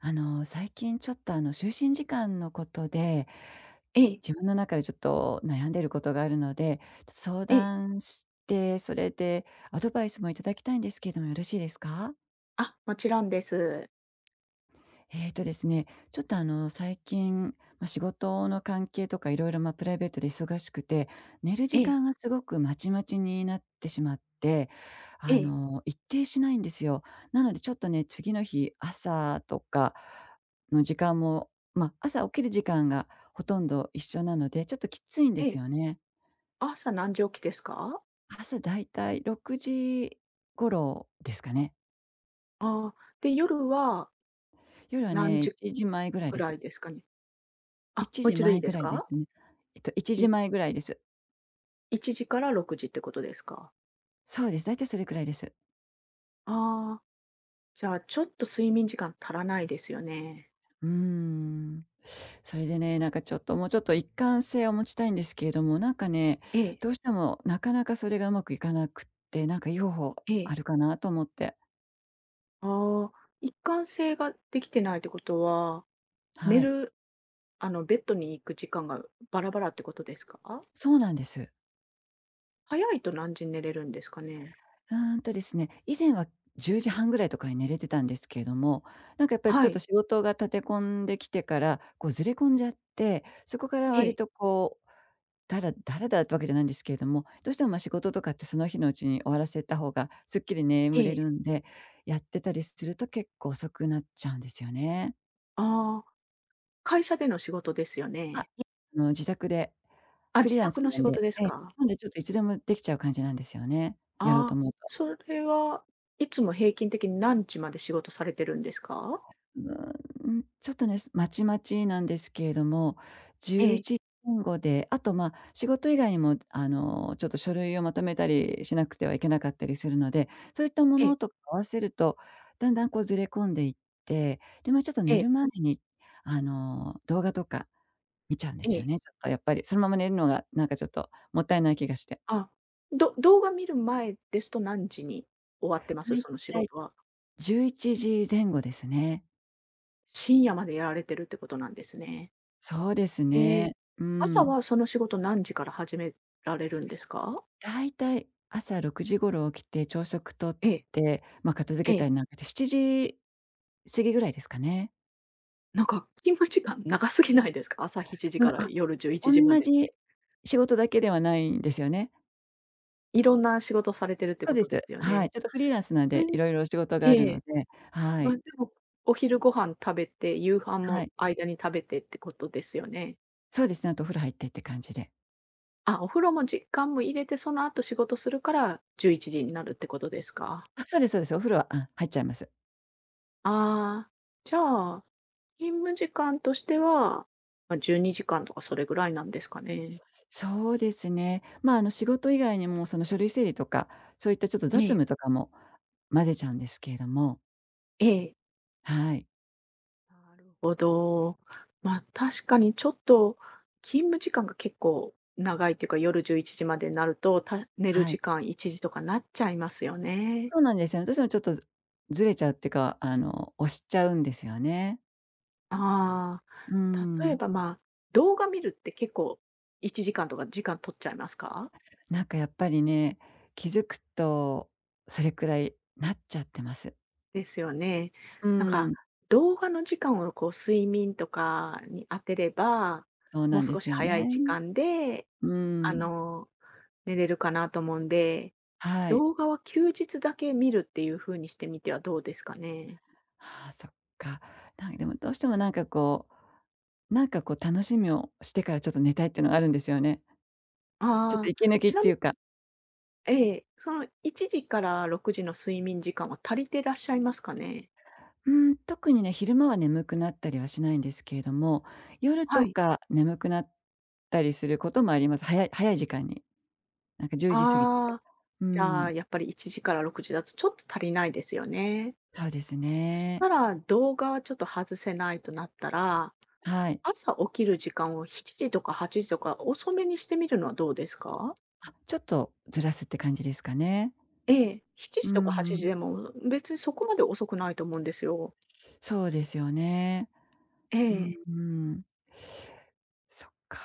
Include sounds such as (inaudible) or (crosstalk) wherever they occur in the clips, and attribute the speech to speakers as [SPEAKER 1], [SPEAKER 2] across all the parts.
[SPEAKER 1] 最近ちょっと就寝時間のことで、
[SPEAKER 2] ええ、
[SPEAKER 1] 自分の中でちょっと悩んでることがあるので、ちょっと相
[SPEAKER 2] ええ。
[SPEAKER 1] 談して、それでアドバイスもいただきたいんですけどもよろしいですか？
[SPEAKER 2] あ、もちろんです。
[SPEAKER 1] えーとですね、ちょっと最近、仕事の関係とかいろいろプライベートで忙しくて、寝る
[SPEAKER 2] え
[SPEAKER 1] 時
[SPEAKER 2] え、
[SPEAKER 1] 間がすごくまちまちになってしまって、
[SPEAKER 2] ええ、
[SPEAKER 1] 一定しないんですよ。なのでちょっとね、次の日、朝とかの時間も、朝起きる時間がほとんど一緒なので、ちょっときついんで
[SPEAKER 2] え
[SPEAKER 1] す
[SPEAKER 2] え。
[SPEAKER 1] よね。
[SPEAKER 2] 朝何時起きですか？
[SPEAKER 1] 朝だいたい6時頃ですかね。
[SPEAKER 2] ああ、で、夜は
[SPEAKER 1] 夜は
[SPEAKER 2] 何
[SPEAKER 1] ね、
[SPEAKER 2] 時
[SPEAKER 1] 1時前ぐらい
[SPEAKER 2] く
[SPEAKER 1] で
[SPEAKER 2] ら
[SPEAKER 1] す。
[SPEAKER 2] いですかね？あ、
[SPEAKER 1] 1
[SPEAKER 2] もう一度
[SPEAKER 1] 時
[SPEAKER 2] いい
[SPEAKER 1] 前
[SPEAKER 2] で
[SPEAKER 1] ぐ
[SPEAKER 2] す
[SPEAKER 1] らいで
[SPEAKER 2] か？
[SPEAKER 1] すね。1
[SPEAKER 2] い
[SPEAKER 1] 時前ぐらいです。
[SPEAKER 2] 1時から6時ってことですか？
[SPEAKER 1] そうです。大体それくらいです。
[SPEAKER 2] ああ、じゃあ、ちょっと睡眠時間足らないですよね。
[SPEAKER 1] うーん。それでね、なんかちょっともうちょっと一貫性を持ちたいんですけれども、なんかね、
[SPEAKER 2] ええ、
[SPEAKER 1] どうしてもなかなかそれがうまくいかなくって、なんかいい方法
[SPEAKER 2] え
[SPEAKER 1] あ
[SPEAKER 2] え。
[SPEAKER 1] るかなと思って。
[SPEAKER 2] ああ、一貫性ができてないってことは、寝
[SPEAKER 1] はい。
[SPEAKER 2] る、あの、ベッドに行く時間がバラバラってことですか？
[SPEAKER 1] そうなんです。
[SPEAKER 2] 早いと何時に寝れるんですかね？
[SPEAKER 1] 以前は10時半ぐらいとかに寝れてたんですけれども、なんかやっぱりち
[SPEAKER 2] は
[SPEAKER 1] ょっと
[SPEAKER 2] い。
[SPEAKER 1] 仕事が立て込んできてから、こうずれ込んじゃって、そこから
[SPEAKER 2] え
[SPEAKER 1] 割
[SPEAKER 2] え、
[SPEAKER 1] とこうだらだらだらってわけじゃないんですけれども、どうしても、仕事とかってその日のうちに終わらせた方がすっきり
[SPEAKER 2] え
[SPEAKER 1] 眠れ
[SPEAKER 2] え。
[SPEAKER 1] るんで、やってたりすると結構遅くなっちゃうんですよね。
[SPEAKER 2] ああ、会社での仕事ですよ
[SPEAKER 1] あ、
[SPEAKER 2] ね。
[SPEAKER 1] 自宅で
[SPEAKER 2] あ、
[SPEAKER 1] フリ
[SPEAKER 2] 自
[SPEAKER 1] ーラン
[SPEAKER 2] 宅
[SPEAKER 1] ス
[SPEAKER 2] の
[SPEAKER 1] な
[SPEAKER 2] 仕
[SPEAKER 1] ん
[SPEAKER 2] 事
[SPEAKER 1] で
[SPEAKER 2] ですか？
[SPEAKER 1] なんでちょっといつでもできちゃう感じなんですよね。やろうと
[SPEAKER 2] ああ、
[SPEAKER 1] 思うと
[SPEAKER 2] それはいつも平均的に何時まで仕事されてるんですか？
[SPEAKER 1] うちょっとね、まちまちなんですけれども、
[SPEAKER 2] え
[SPEAKER 1] 11
[SPEAKER 2] え、
[SPEAKER 1] 前後で、あと、仕事以外にも、ちょっと書類をまとめたりしなくてはいけなかったりするので、そういったも
[SPEAKER 2] ええ、
[SPEAKER 1] のとか合わせると、だんだんこうずれ込んでいって、で、ちょっと
[SPEAKER 2] え
[SPEAKER 1] 寝
[SPEAKER 2] え、
[SPEAKER 1] る前に、動画とか見ちゃうんで
[SPEAKER 2] え
[SPEAKER 1] すよ
[SPEAKER 2] え。
[SPEAKER 1] ね。ちょっとやっぱりそのまま寝るのが、なんかちょっともったいない気がして。
[SPEAKER 2] あ、動画見る前ですと何時に終わってま
[SPEAKER 1] だ
[SPEAKER 2] す？
[SPEAKER 1] い
[SPEAKER 2] その仕
[SPEAKER 1] たい
[SPEAKER 2] 事は。
[SPEAKER 1] 11時前後ですね。
[SPEAKER 2] 深夜までやられてるってことなんですね。
[SPEAKER 1] そうです
[SPEAKER 2] ええ、
[SPEAKER 1] ね。うー
[SPEAKER 2] 朝
[SPEAKER 1] ん。
[SPEAKER 2] はその仕事何時から始められるんですか？
[SPEAKER 1] だいたい朝6時頃起きて朝食とっ
[SPEAKER 2] ええ、
[SPEAKER 1] て、片付
[SPEAKER 2] え
[SPEAKER 1] けたり
[SPEAKER 2] え。
[SPEAKER 1] なんかして7時過ぎぐらいですかね。
[SPEAKER 2] なんか勤務時間長すぎないですか？朝7時
[SPEAKER 1] う
[SPEAKER 2] か
[SPEAKER 1] ん、
[SPEAKER 2] ら
[SPEAKER 1] あ、
[SPEAKER 2] 夜11
[SPEAKER 1] お
[SPEAKER 2] 時
[SPEAKER 1] ん
[SPEAKER 2] ま
[SPEAKER 1] な
[SPEAKER 2] でっ
[SPEAKER 1] じ
[SPEAKER 2] て。
[SPEAKER 1] 仕事だけではないんですよね。
[SPEAKER 2] いろんな仕事されてるって
[SPEAKER 1] そう
[SPEAKER 2] こ
[SPEAKER 1] で
[SPEAKER 2] と
[SPEAKER 1] す。
[SPEAKER 2] ですよ
[SPEAKER 1] は
[SPEAKER 2] ね。
[SPEAKER 1] い。ちょっとフリーランスなん
[SPEAKER 2] そ
[SPEAKER 1] で、
[SPEAKER 2] れに
[SPEAKER 1] 色々仕事が
[SPEAKER 2] え
[SPEAKER 1] あるの
[SPEAKER 2] え、
[SPEAKER 1] で、は
[SPEAKER 2] まあ、
[SPEAKER 1] い。
[SPEAKER 2] でも、お昼ご飯食べて、夕飯
[SPEAKER 1] は
[SPEAKER 2] も
[SPEAKER 1] い。
[SPEAKER 2] 間に食べてってことですよね。
[SPEAKER 1] そうですね、あとお風呂入ってって感じで。
[SPEAKER 2] あ、お風呂も時間も入れて、その後仕事するから11時になるってことですか？
[SPEAKER 1] あ、そうですそうです。お風呂は、入っちゃいます。
[SPEAKER 2] ああ、じゃあ、勤務時間としては、まあ、12時間とかそれぐらいなんですかね？
[SPEAKER 1] そうですね。仕事以外にもその書類整理とか、そういったちょっと雑
[SPEAKER 2] ええ、
[SPEAKER 1] 務とかも混ぜちゃうんですけれども、
[SPEAKER 2] ええ。
[SPEAKER 1] はい。
[SPEAKER 2] なるほど。まあ、確かにちょっと勤務時間が結構長いというか、夜11時までになると、寝る
[SPEAKER 1] は
[SPEAKER 2] 時
[SPEAKER 1] い。
[SPEAKER 2] 間1時とかなっちゃいますよね。
[SPEAKER 1] そうなんですよね。私もちょっとずれちゃうっていうか、押しちゃうんですよね。
[SPEAKER 2] あ
[SPEAKER 1] う
[SPEAKER 2] あ、例え
[SPEAKER 1] ん。
[SPEAKER 2] ば、まあ、動画見るって結構1時間とか時間取っちゃいますか？
[SPEAKER 1] なんかやっぱりね、気づくとそれくらいなっちゃってます。
[SPEAKER 2] ですよね。
[SPEAKER 1] う
[SPEAKER 2] なんか、
[SPEAKER 1] ん、
[SPEAKER 2] 動画の時間をこう睡眠とかに当てれば、
[SPEAKER 1] そう
[SPEAKER 2] もう
[SPEAKER 1] なんで
[SPEAKER 2] 少し
[SPEAKER 1] すよ
[SPEAKER 2] 早い
[SPEAKER 1] ね。
[SPEAKER 2] 時間で、
[SPEAKER 1] う
[SPEAKER 2] あ
[SPEAKER 1] ん、
[SPEAKER 2] の、寝れるかなと思うんで
[SPEAKER 1] はい。
[SPEAKER 2] 動画は休日だけ見るっていう風にしてみてはどうですかね。
[SPEAKER 1] ああ、そっか。なんかでもどうしてもなんかこう楽しみをしてからちょっと寝たいっていうのがあるんですよね。ちょっと
[SPEAKER 2] ああ、
[SPEAKER 1] 息抜き
[SPEAKER 2] ち
[SPEAKER 1] っ
[SPEAKER 2] なみ
[SPEAKER 1] てい
[SPEAKER 2] に
[SPEAKER 1] うか。
[SPEAKER 2] ええ、その1時から6時の睡眠時間は足りてらっしゃいますかね？
[SPEAKER 1] うーん、特にね、昼間は眠くなったりはしないんですけれども、夜
[SPEAKER 2] は
[SPEAKER 1] と
[SPEAKER 2] い。
[SPEAKER 1] か眠くなったりすることもあります。早い早い時間に。なんか10時過ぎとか。
[SPEAKER 2] ああ、
[SPEAKER 1] う
[SPEAKER 2] じゃあ、
[SPEAKER 1] ん、
[SPEAKER 2] やっぱり1時から6時だとちょっと足りないですよね。
[SPEAKER 1] そうです
[SPEAKER 2] そし
[SPEAKER 1] ね。
[SPEAKER 2] たら動画はちょっと外せないとなったら、
[SPEAKER 1] はい。
[SPEAKER 2] 朝起きる時間を7時とか8時とか遅めにしてみるのはどうですか？
[SPEAKER 1] あ、ちょっとずらすって感じですかね。
[SPEAKER 2] ええ、7
[SPEAKER 1] う
[SPEAKER 2] 時と
[SPEAKER 1] ん
[SPEAKER 2] か
[SPEAKER 1] う
[SPEAKER 2] 8時
[SPEAKER 1] ん。
[SPEAKER 2] でも別にそこまで遅くないと思うんですよ。
[SPEAKER 1] そうですよね。
[SPEAKER 2] え
[SPEAKER 1] うん
[SPEAKER 2] え。
[SPEAKER 1] うん。そっか、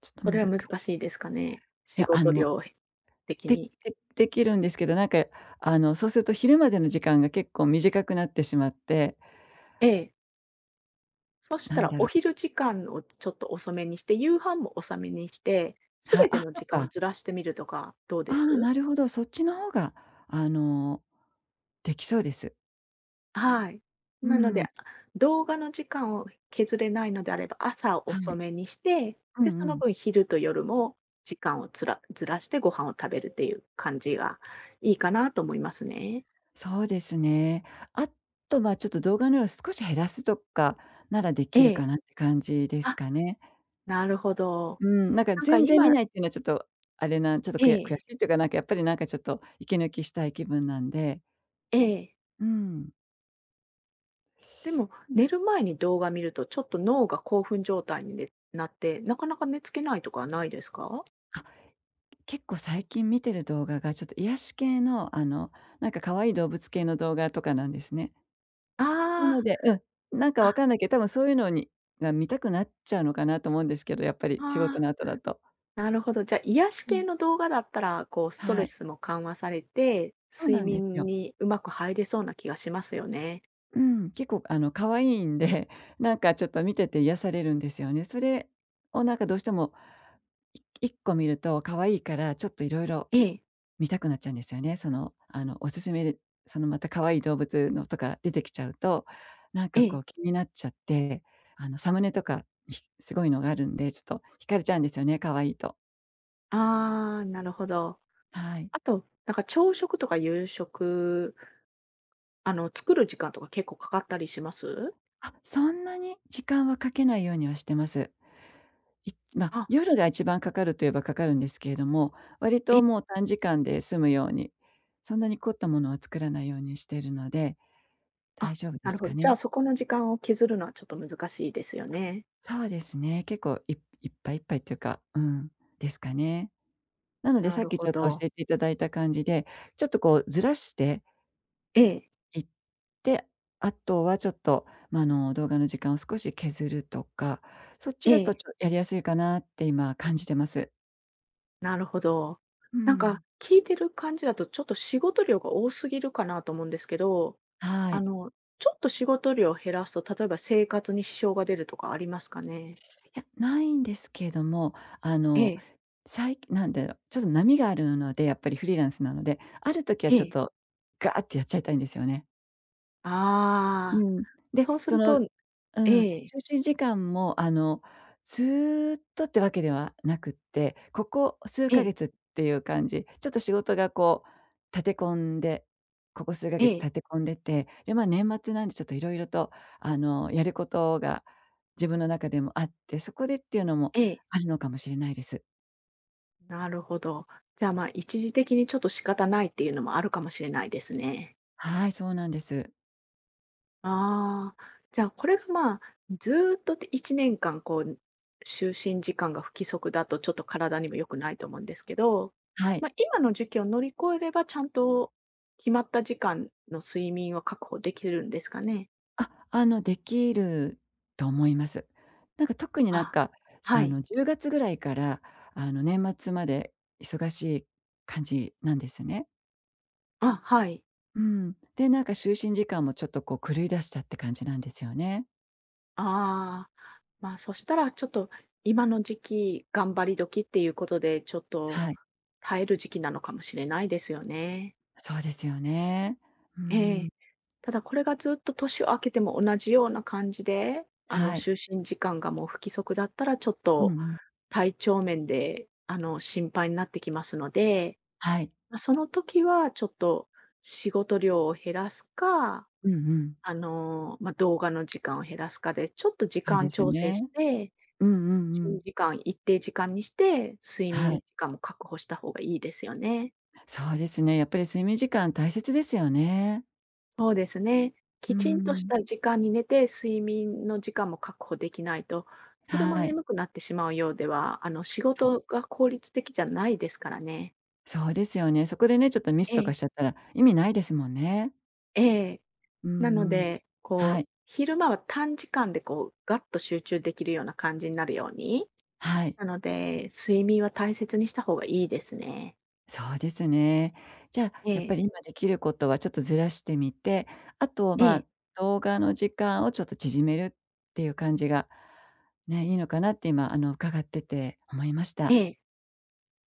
[SPEAKER 1] ちょっと
[SPEAKER 2] そ
[SPEAKER 1] 難
[SPEAKER 2] れ
[SPEAKER 1] し
[SPEAKER 2] は難しい
[SPEAKER 1] い。
[SPEAKER 2] ですかね。
[SPEAKER 1] い
[SPEAKER 2] 仕
[SPEAKER 1] や、
[SPEAKER 2] 事量的
[SPEAKER 1] で
[SPEAKER 2] に。
[SPEAKER 1] できるんですけど、なんか、そうすると昼までの時間が結構短くなってしまって、
[SPEAKER 2] ええ。そした
[SPEAKER 1] なん
[SPEAKER 2] ら
[SPEAKER 1] だ
[SPEAKER 2] お
[SPEAKER 1] ろう。
[SPEAKER 2] 昼時間をちょっと遅めにして、夕飯も遅めにして、す
[SPEAKER 1] は
[SPEAKER 2] べ
[SPEAKER 1] い、
[SPEAKER 2] て
[SPEAKER 1] あ、
[SPEAKER 2] の
[SPEAKER 1] そ
[SPEAKER 2] 時
[SPEAKER 1] っ
[SPEAKER 2] 間を
[SPEAKER 1] か。
[SPEAKER 2] ずらしてみるとかどうで
[SPEAKER 1] ああ、
[SPEAKER 2] す？
[SPEAKER 1] なるほど、そっちの方が、あの、できそうです。
[SPEAKER 2] はい。
[SPEAKER 1] う
[SPEAKER 2] なので、
[SPEAKER 1] ん、
[SPEAKER 2] あ、動画の時間を削れないのであれば、朝を
[SPEAKER 1] は
[SPEAKER 2] 遅
[SPEAKER 1] い。
[SPEAKER 2] めにして、
[SPEAKER 1] う
[SPEAKER 2] で、そ
[SPEAKER 1] んう
[SPEAKER 2] の
[SPEAKER 1] ん。
[SPEAKER 2] 分昼と夜も時間をずらしてご飯を食べるっていう感じがいいかなと思いますね。
[SPEAKER 1] そうですね。あと、ちょっと動画の量少し減らすとかならでき
[SPEAKER 2] え
[SPEAKER 1] るか
[SPEAKER 2] え。
[SPEAKER 1] なって感じです
[SPEAKER 2] あ、
[SPEAKER 1] かね。
[SPEAKER 2] なるほど。
[SPEAKER 1] うん、なんか
[SPEAKER 2] なんか
[SPEAKER 1] 全然見
[SPEAKER 2] 今
[SPEAKER 1] ないっていうのはちょっと、あれな、ちょっと
[SPEAKER 2] え
[SPEAKER 1] 悔
[SPEAKER 2] え、
[SPEAKER 1] しいっていうか、なんかやっぱりなんかちょっと息抜きしたい気分なんで、
[SPEAKER 2] ええ。
[SPEAKER 1] うん。
[SPEAKER 2] でも、
[SPEAKER 1] うん、
[SPEAKER 2] 寝る前に動画見ると、ちょっと脳が興奮状態になって、なかなか寝つけないとかはないですか？
[SPEAKER 1] あ、結構最近見てる動画がちょっと癒し系の、なんか可愛い動物系の動画とかなんですね。な
[SPEAKER 2] あ
[SPEAKER 1] のでなんか
[SPEAKER 2] あ、
[SPEAKER 1] わ
[SPEAKER 2] あ、
[SPEAKER 1] かんないけど、多分そういうのが見たくなっちゃうのかなと思うんですけど、やっぱり仕事
[SPEAKER 2] あ
[SPEAKER 1] の後だと。
[SPEAKER 2] あ、なるほど。じゃあ、癒し系の動画だったら、こうスト
[SPEAKER 1] は
[SPEAKER 2] レ
[SPEAKER 1] い。
[SPEAKER 2] スも緩和されて、
[SPEAKER 1] そう
[SPEAKER 2] 睡
[SPEAKER 1] なんです
[SPEAKER 2] 眠
[SPEAKER 1] よ。
[SPEAKER 2] にうまく入れそうな気がしますよね。
[SPEAKER 1] うん、結構可愛いんで、(laughs) なんかちょっと見てて癒されるんですよね。それをなんかどうしても、1個見ると可愛いから、ちょっといろいろ
[SPEAKER 2] ええ、
[SPEAKER 1] 見たくなっちゃうんですよね。その、おすすめで、そのまた可愛い動物のとか出てきちゃうと、なん
[SPEAKER 2] え
[SPEAKER 1] かこう
[SPEAKER 2] え。
[SPEAKER 1] 気になっちゃって、あのサムネとか、すごいのがあるんで、ちょっと惹かれちゃうんですよね、可愛いと。
[SPEAKER 2] ああ、なるほど。
[SPEAKER 1] はい。
[SPEAKER 2] あと、なんか朝食とか夕食、あの、作る時間とか結構かかったりします？
[SPEAKER 1] あ、そんなに時間はかけないようにはしてます。いまあ、
[SPEAKER 2] あ、
[SPEAKER 1] 夜が一番かかるといえばかかるんですけれども、割
[SPEAKER 2] え
[SPEAKER 1] と
[SPEAKER 2] え、
[SPEAKER 1] もう短時間で済むように、そんなに凝ったものは作らないようにしているので、大
[SPEAKER 2] あ、
[SPEAKER 1] 丈夫で
[SPEAKER 2] なる
[SPEAKER 1] す
[SPEAKER 2] ほ
[SPEAKER 1] か
[SPEAKER 2] ど。じゃあ、
[SPEAKER 1] ね。
[SPEAKER 2] そこの時間を削るのはちょっと難しいですよね。
[SPEAKER 1] そうですね、結構いっぱいいっぱいっていうか、うん、ですかね。なので
[SPEAKER 2] な
[SPEAKER 1] さっ
[SPEAKER 2] る
[SPEAKER 1] き
[SPEAKER 2] ほ
[SPEAKER 1] ちょっと教
[SPEAKER 2] ど。
[SPEAKER 1] えていただいた感じで、ちょっとこうずらして
[SPEAKER 2] ええ、
[SPEAKER 1] 行って、あとはちょっと、動画の時間を少し削るとか、そっち
[SPEAKER 2] え
[SPEAKER 1] だと
[SPEAKER 2] え、
[SPEAKER 1] やりやすいかなって今感じてます。
[SPEAKER 2] なるほど。
[SPEAKER 1] う
[SPEAKER 2] なんか
[SPEAKER 1] ん。
[SPEAKER 2] 聞いてる感じだと、ちょっと仕事量が多すぎるかなと思うんですけど、
[SPEAKER 1] は
[SPEAKER 2] あ
[SPEAKER 1] い。
[SPEAKER 2] の、ちょっと仕事量を減らすと、例えば生活に支障が出るとかありますかね？
[SPEAKER 1] いや、ないんですけれども、あ
[SPEAKER 2] え
[SPEAKER 1] の、
[SPEAKER 2] え、
[SPEAKER 1] 最近なんだろう、ちょっと波があるので、やっぱりフリーランスなので、ある時は
[SPEAKER 2] え
[SPEAKER 1] ちょっ
[SPEAKER 2] え。
[SPEAKER 1] とガーってやっちゃいたいんですよね。
[SPEAKER 2] あ
[SPEAKER 1] う
[SPEAKER 2] あ、
[SPEAKER 1] ん。で、
[SPEAKER 2] そうすると
[SPEAKER 1] うん、就
[SPEAKER 2] ええ、
[SPEAKER 1] 寝時間もずーっとってわけではなくって、ここ数
[SPEAKER 2] え
[SPEAKER 1] ヶ
[SPEAKER 2] え、
[SPEAKER 1] 月っていう感じ。ちょっと仕事がこう立て込んで、ここ数ヶ
[SPEAKER 2] え
[SPEAKER 1] 月
[SPEAKER 2] え、
[SPEAKER 1] 立て込んでて、で、年末なんでちょっといろいろとやることが自分の中でもあって、そこでっていうのも
[SPEAKER 2] ええ、
[SPEAKER 1] あるのかもしれないです。
[SPEAKER 2] なるほど。じゃあ、まあ、一時的にちょっと仕方ないっていうのもあるかもしれないですね。
[SPEAKER 1] はい、そうなんです。
[SPEAKER 2] ああ、じゃあこれがまあ、ずーっとで1年間こう、就寝時間が不規則だとちょっと体にも良くないと思うんですけど、
[SPEAKER 1] はい。
[SPEAKER 2] ま、今の時期を乗り越えれば、ちゃんと決まった時間の睡眠を確保できるんですかね？
[SPEAKER 1] あ、できると思います。なんか特になん
[SPEAKER 2] あ、
[SPEAKER 1] か、
[SPEAKER 2] はい。
[SPEAKER 1] 10月ぐらいから、年末まで忙しい感じなんですね。
[SPEAKER 2] あ、はい。
[SPEAKER 1] うん。で、なんか就寝時間もちょっとこう狂い出したって感じなんですよね。
[SPEAKER 2] ああ、ま、そしたらちょっと今の時期、頑張り時っていうことで、ちょっと
[SPEAKER 1] はい。
[SPEAKER 2] 耐える時期なのかもしれないですよね。
[SPEAKER 1] そうですよね。うー
[SPEAKER 2] え
[SPEAKER 1] ん。
[SPEAKER 2] え。ただこれがずっと年を明けても同じような感じで、あの、
[SPEAKER 1] はい。
[SPEAKER 2] 就寝時間がもう不規則だったら、ちょっ
[SPEAKER 1] うんう
[SPEAKER 2] と
[SPEAKER 1] ん。
[SPEAKER 2] 体調面で、あの、心配になってきますので、
[SPEAKER 1] はい。
[SPEAKER 2] ま、その時はちょっと仕事量を減らすか、
[SPEAKER 1] うんうん。
[SPEAKER 2] あの、ま、動画の時間を減らすかで、ちょっと時
[SPEAKER 1] そうで
[SPEAKER 2] 間
[SPEAKER 1] す
[SPEAKER 2] 調整
[SPEAKER 1] ね。
[SPEAKER 2] して、
[SPEAKER 1] うんうんう
[SPEAKER 2] 寝
[SPEAKER 1] ん。
[SPEAKER 2] 時間、一定時間にして、睡
[SPEAKER 1] は
[SPEAKER 2] 眠
[SPEAKER 1] い。
[SPEAKER 2] 時間も確保した方がいいですよね。
[SPEAKER 1] そうですね。やっぱり睡眠時間大切ですよね。
[SPEAKER 2] そうですね。
[SPEAKER 1] うー
[SPEAKER 2] きちんとし
[SPEAKER 1] ん。
[SPEAKER 2] た時間に寝て、睡眠の時間も確保できないと、昼間
[SPEAKER 1] はい。
[SPEAKER 2] 眠くなってしまうようでは、あの、仕
[SPEAKER 1] そう。
[SPEAKER 2] 事が効率的じゃないですからね。
[SPEAKER 1] そうですよね。そこでね、ちょっとミス
[SPEAKER 2] え
[SPEAKER 1] とか
[SPEAKER 2] え、
[SPEAKER 1] しちゃったら意味ないですもんね。
[SPEAKER 2] ええ。
[SPEAKER 1] う
[SPEAKER 2] なの
[SPEAKER 1] んうん。
[SPEAKER 2] で、こ
[SPEAKER 1] は
[SPEAKER 2] う、
[SPEAKER 1] い、
[SPEAKER 2] 昼間は短時間でこう、ガッと集中できるような感じになるように、
[SPEAKER 1] はい。
[SPEAKER 2] なので、睡眠は大切にした方がいいですね。
[SPEAKER 1] そうですね。じゃあ、
[SPEAKER 2] え
[SPEAKER 1] やっぱ
[SPEAKER 2] え、
[SPEAKER 1] り今できることはちょっとずらしてみて、あと、
[SPEAKER 2] ええ、
[SPEAKER 1] 動画の時間をちょっと縮めるっていう感じが、ね、いいのかなって今、伺ってて思いまし
[SPEAKER 2] え
[SPEAKER 1] た。
[SPEAKER 2] え。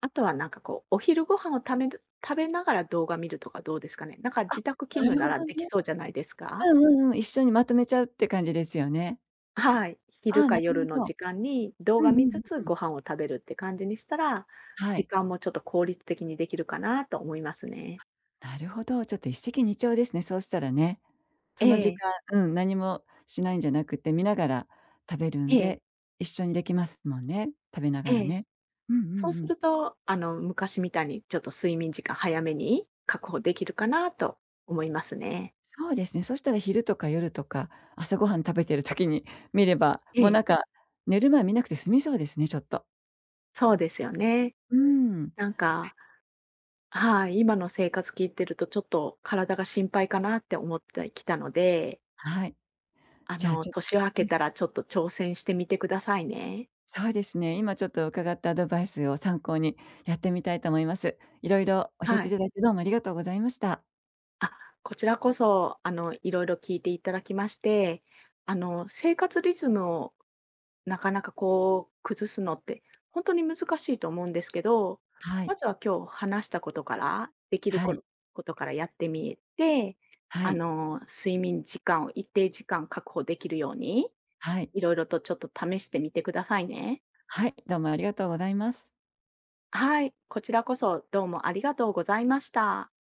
[SPEAKER 2] あとはなんかこう、お昼ご飯をためる食べながら動画見るとかどうですかね。なんか
[SPEAKER 1] あ、
[SPEAKER 2] 自宅勤
[SPEAKER 1] な
[SPEAKER 2] 務
[SPEAKER 1] る
[SPEAKER 2] な
[SPEAKER 1] ほ
[SPEAKER 2] ら
[SPEAKER 1] どね。
[SPEAKER 2] できそうじゃないですか？
[SPEAKER 1] うんうんうん。一緒にまとめちゃうって感じですよね。
[SPEAKER 2] はい、
[SPEAKER 1] あ
[SPEAKER 2] 昼
[SPEAKER 1] あ、
[SPEAKER 2] か
[SPEAKER 1] なる
[SPEAKER 2] 夜の
[SPEAKER 1] ほど。
[SPEAKER 2] 時間に動
[SPEAKER 1] う
[SPEAKER 2] 画
[SPEAKER 1] んうん
[SPEAKER 2] 見つつ
[SPEAKER 1] うんうん。
[SPEAKER 2] ご飯を食べるって感じにしたら、
[SPEAKER 1] は
[SPEAKER 2] 時
[SPEAKER 1] い。
[SPEAKER 2] 間もちょっと効率的にできるかなと思いますね。
[SPEAKER 1] なるほど。ちょっと一石二鳥ですね、そうしたらね。そ
[SPEAKER 2] え
[SPEAKER 1] の時
[SPEAKER 2] え、
[SPEAKER 1] 間うん、何もしないんじゃなくて、見ながら食べるん
[SPEAKER 2] ええ、
[SPEAKER 1] で、一緒にできますもんね、食べなが
[SPEAKER 2] え
[SPEAKER 1] ら
[SPEAKER 2] え。
[SPEAKER 1] ね。うんうん
[SPEAKER 2] そう
[SPEAKER 1] う
[SPEAKER 2] す
[SPEAKER 1] ん。
[SPEAKER 2] ると、あの、昔みたいにちょっと睡眠時間早めに確保できるかなと思いますね。
[SPEAKER 1] そうですね、そしたら昼とか夜とか、朝ごはん食べてる時に (laughs) 見れば、
[SPEAKER 2] え
[SPEAKER 1] もうな
[SPEAKER 2] え、
[SPEAKER 1] んか、寝る前見なくて済みそうですね、ちょっと。
[SPEAKER 2] そうですよね。
[SPEAKER 1] うん。わ
[SPEAKER 2] なん
[SPEAKER 1] か
[SPEAKER 2] か、
[SPEAKER 1] り
[SPEAKER 2] はい、今の生活聞いてるとちょっと体が心配かなって思ってきたので、
[SPEAKER 1] はい。
[SPEAKER 2] あ
[SPEAKER 1] じゃあ、
[SPEAKER 2] の、
[SPEAKER 1] ちょっと
[SPEAKER 2] 年を明
[SPEAKER 1] う
[SPEAKER 2] け
[SPEAKER 1] ん、
[SPEAKER 2] たらちょっと挑戦してみてくださいね。
[SPEAKER 1] そうですね、今ちょっと伺ったアドバイスを参考にやってみたいと思います。いろいろ教え
[SPEAKER 2] は
[SPEAKER 1] てい
[SPEAKER 2] い。
[SPEAKER 1] ただいてどうもありがとうございました。
[SPEAKER 2] あ、こちらこそ、あの、いろいろ聞いていただきまして、あの、生活リズムをなかなかこう、崩すのって、本当に難しいと思うんですけど、
[SPEAKER 1] は
[SPEAKER 2] ま
[SPEAKER 1] い。
[SPEAKER 2] ずは今日話したことから、できる
[SPEAKER 1] は
[SPEAKER 2] こ
[SPEAKER 1] い。
[SPEAKER 2] ろことからやってみて、
[SPEAKER 1] は
[SPEAKER 2] あ
[SPEAKER 1] い。
[SPEAKER 2] の、睡眠時間を一定時間確保できるように、
[SPEAKER 1] はい。
[SPEAKER 2] いろいろとちょっと試してみてくださいね。
[SPEAKER 1] はい、どうもありがとうございます。
[SPEAKER 2] はい、こちらこそどうもありがとうございました。